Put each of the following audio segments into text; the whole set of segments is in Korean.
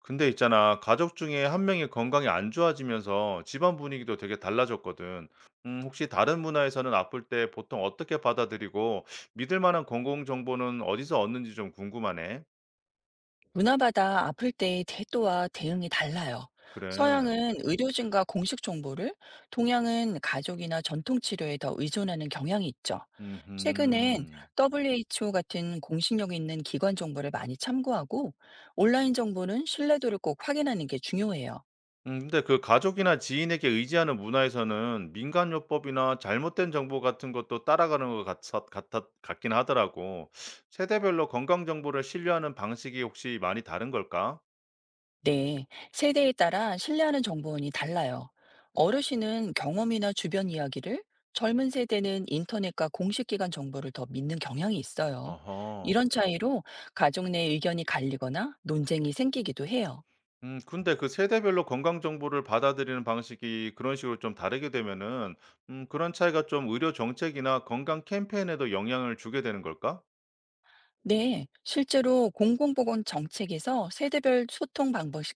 근데 있잖아, 가족 중에 한 명이 건강이 안 좋아지면서 집안 분위기도 되게 달라졌거든. 혹시 다른 문화에서는 아플 때 보통 어떻게 받아들이고 믿을 만한 건강 정보는 어디서 얻는지 좀 궁금하네. 문화마다 아플 때의 태도와 대응이 달라요. 그래. 서양은 의료진과 공식 정보를, 동양은 가족이나 전통 치료에 더 의존하는 경향이 있죠. 최근엔 음. WHO 같은 공식력 있는 기관 정보를 많이 참고하고, 온라인 정보는 신뢰도를 꼭 확인하는 게 중요해요. 근데 그 가족이나 지인에게 의지하는 문화에서는 민간요법이나 잘못된 정보 같은 것도 따라가는 것 같, 같긴 하더라고. 세대별로 건강 정보를 신뢰하는 방식이 혹시 많이 다른 걸까? 네, 세대에 따라 신뢰하는 정보원이 달라요. 어르신은 경험이나 주변 이야기를, 젊은 세대는 인터넷과 공식 기관 정보를 더 믿는 경향이 있어요. 어허. 이런 차이로 가족 내 의견이 갈리거나 논쟁이 생기기도 해요. 근데 그 세대별로 건강 정보를 받아들이는 방식이 그런 식으로 좀 다르게 되면은 그런 차이가 좀 의료 정책이나 건강 캠페인에도 영향을 주게 되는 걸까? 네, 실제로 공공보건 정책에서 세대별 소통 방법이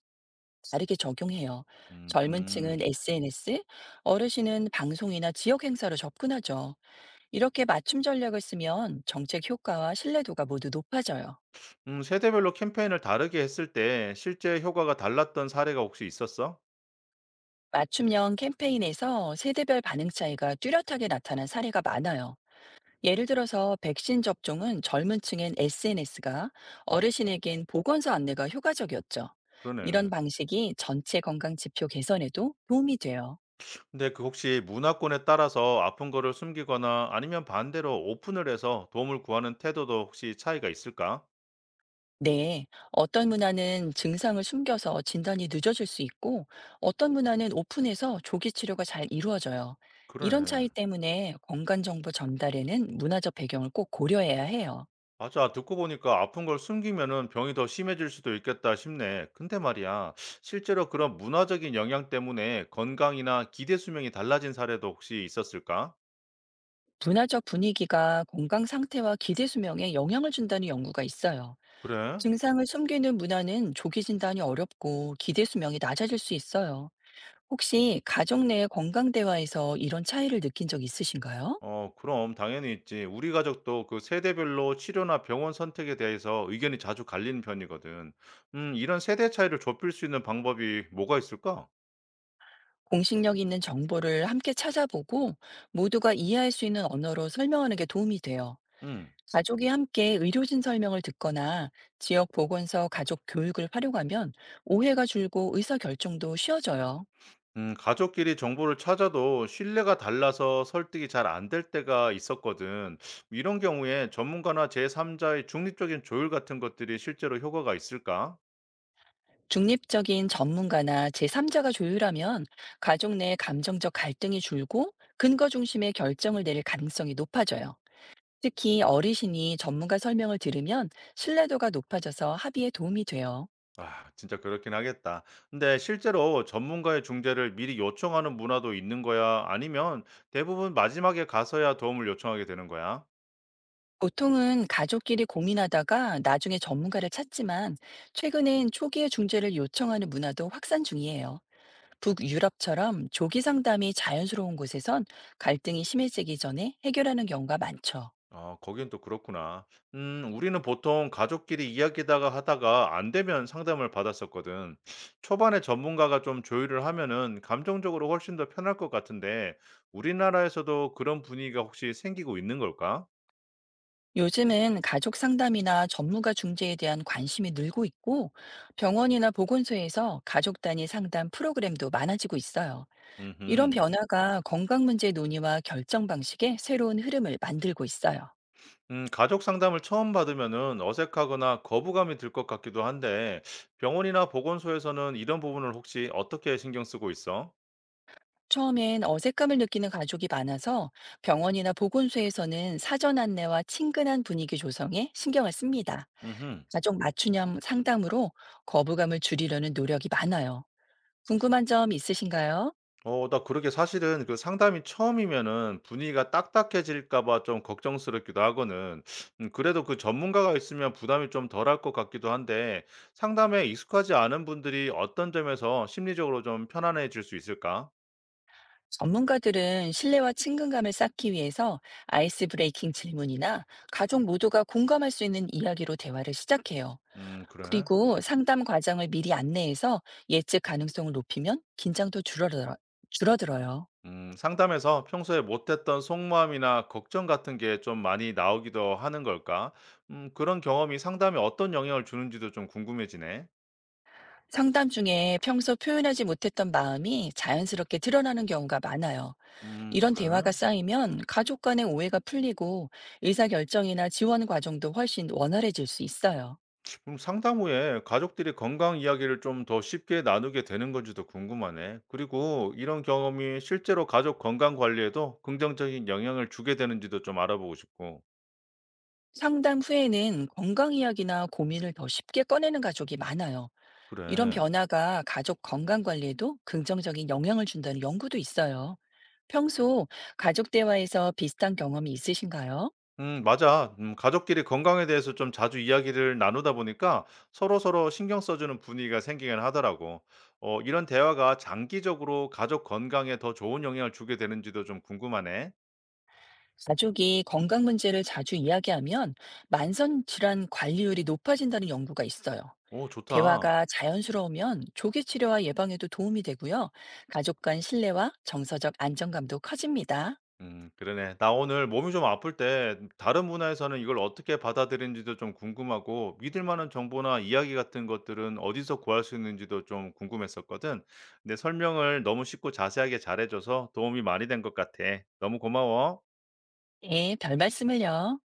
다르게 적용해요. 음음. 젊은 층은 SNS, 어르신은 방송이나 지역 행사로 접근하죠. 이렇게 맞춤 전략을 쓰면 정책 효과와 신뢰도가 모두 높아져요. 세대별로 캠페인을 다르게 했을 때 실제 효과가 달랐던 사례가 혹시 있었어? 맞춤형 캠페인에서 세대별 반응 차이가 뚜렷하게 나타난 사례가 많아요. 예를 들어서 백신 접종은 젊은 층엔 SNS가, 어르신에겐 보건소 안내가 효과적이었죠. 이런 그러네. 방식이 전체 건강 지표 개선에도 도움이 돼요. 근데 그 혹시 문화권에 따라서 아픈 거를 숨기거나 아니면 반대로 오픈을 해서 도움을 구하는 태도도 혹시 차이가 있을까? 네, 어떤 문화는 증상을 숨겨서 진단이 늦어질 수 있고, 어떤 문화는 오픈해서 조기 치료가 잘 이루어져요. 이런 그러네. 차이 때문에 건강정보 전달에는 문화적 배경을 꼭 고려해야 해요. 맞아. 듣고 보니까 아픈 걸 숨기면은 병이 더 심해질 수도 있겠다 싶네. 근데 말이야, 실제로 그런 문화적인 영향 때문에 건강이나 기대 수명이 달라진 사례도 혹시 있었을까? 문화적 분위기가 건강 상태와 기대 수명에 영향을 준다는 연구가 있어요. 그래? 증상을 숨기는 문화는 조기 진단이 어렵고 기대 수명이 낮아질 수 있어요. 혹시 가족 내 건강 대화에서 이런 차이를 느낀 적 있으신가요? 어, 그럼 당연히 있지. 우리 가족도 그 세대별로 치료나 병원 선택에 대해서 의견이 자주 갈리는 편이거든. 이런 세대 차이를 좁힐 수 있는 방법이 뭐가 있을까? 공식력 있는 정보를 함께 찾아보고 모두가 이해할 수 있는 언어로 설명하는 게 도움이 돼요. 음. 가족이 함께 의료진 설명을 듣거나 지역 보건소 가족 교육을 활용하면 오해가 줄고 의사 결정도 쉬워져요. 가족끼리 정보를 찾아도 신뢰가 달라서 설득이 잘 안 될 때가 있었거든. 이런 경우에 전문가나 제3자의 중립적인 조율 같은 것들이 실제로 효과가 있을까? 중립적인 전문가나 제3자가 조율하면 가족 내 감정적 갈등이 줄고 근거 중심의 결정을 내릴 가능성이 높아져요. 특히 어르신이 전문가 설명을 들으면 신뢰도가 높아져서 합의에 도움이 돼요. 아, 진짜 그렇긴 하겠다. 근데 실제로 전문가의 중재를 미리 요청하는 문화도 있는 거야? 아니면 대부분 마지막에 가서야 도움을 요청하게 되는 거야? 보통은 가족끼리 고민하다가 나중에 전문가를 찾지만 최근엔 초기의 중재를 요청하는 문화도 확산 중이에요. 북유럽처럼 조기 상담이 자연스러운 곳에선 갈등이 심해지기 전에 해결하는 경우가 많죠. 아, 거긴 또 그렇구나. 우리는 보통 가족끼리 이야기다가 하다가 안 되면 상담을 받았었거든. 초반에 전문가가 좀 조율을 하면은 감정적으로 훨씬 더 편할 것 같은데 우리나라에서도 그런 분위기가 혹시 생기고 있는 걸까? 요즘은 가족 상담이나 전문가 중재에 대한 관심이 늘고 있고 병원이나 보건소에서 가족 단위 상담 프로그램도 많아지고 있어요. 이런 음흠. 변화가 건강 문제 논의와 결정 방식에 새로운 흐름을 만들고 있어요. 가족 상담을 처음 받으면은 어색하거나 거부감이 들 것 같기도 한데 병원이나 보건소에서는 이런 부분을 혹시 어떻게 신경 쓰고 있어? 처음엔 어색감을 느끼는 가족이 많아서 병원이나 보건소에서는 사전 안내와 친근한 분위기 조성에 신경을 씁니다. 음흠. 가족 맞춤형 상담으로 거부감을 줄이려는 노력이 많아요. 궁금한 점 있으신가요? 어, 나 그러게 사실은 그 상담이 처음이면은 분위기가 딱딱해질까 봐 좀 걱정스럽기도 하거든. 그래도 그 전문가가 있으면 부담이 좀 덜할 것 같기도 한데 상담에 익숙하지 않은 분들이 어떤 점에서 심리적으로 좀 편안해질 수 있을까? 전문가들은 신뢰와 친근감을 쌓기 위해서 아이스 브레이킹 질문이나 가족 모두가 공감할 수 있는 이야기로 대화를 시작해요. 그래? 그리고 상담 과정을 미리 안내해서 예측 가능성을 높이면 줄어들어요. 상담에서 평소에 못했던 속마음이나 걱정 같은 게 좀 많이 나오기도 하는 걸까? 그런 경험이 상담에 어떤 영향을 주는지도 좀 궁금해지네. 상담 중에 평소 표현하지 못했던 마음이 자연스럽게 드러나는 경우가 많아요. 이런 그래? 대화가 쌓이면 가족 간의 오해가 풀리고 의사결정이나 지원 과정도 훨씬 원활해질 수 있어요. 좀 상담 후에 가족들이 건강 이야기를 좀 더 쉽게 나누게 되는 건지도 궁금하네. 그리고 이런 경험이 실제로 가족 건강 관리에도 긍정적인 영향을 주게 되는지도 좀 알아보고 싶고. 상담 후에는 건강 이야기나 고민을 더 쉽게 꺼내는 가족이 많아요. 이런 그래. 변화가 가족 건강 관리에도 긍정적인 영향을 준다는 연구도 있어요. 평소 가족 대화에서 비슷한 경험이 있으신가요? 맞아. 가족끼리 건강에 대해서 좀 자주 이야기를 나누다 보니까 서로서로 신경 써주는 분위기가 생기긴 하더라고. 어, 이런 대화가 장기적으로 가족 건강에 더 좋은 영향을 주게 되는지도 좀 궁금하네. 가족이 건강 문제를 자주 이야기하면 만성 질환 관리율이 높아진다는 연구가 있어요. 오, 좋다. 대화가 자연스러우면 조기 치료와 예방에도 도움이 되고요. 가족 간 신뢰와 정서적 안정감도 커집니다. 그러네. 나 오늘 몸이 좀 아플 때 다른 문화에서는 이걸 어떻게 받아들이는지도 좀 궁금하고 믿을 만한 정보나 이야기 같은 것들은 어디서 구할 수 있는지도 좀 궁금했었거든. 근데 설명을 너무 쉽고 자세하게 잘해줘서 도움이 많이 된 것 같아. 너무 고마워. 네, 별 말씀을요.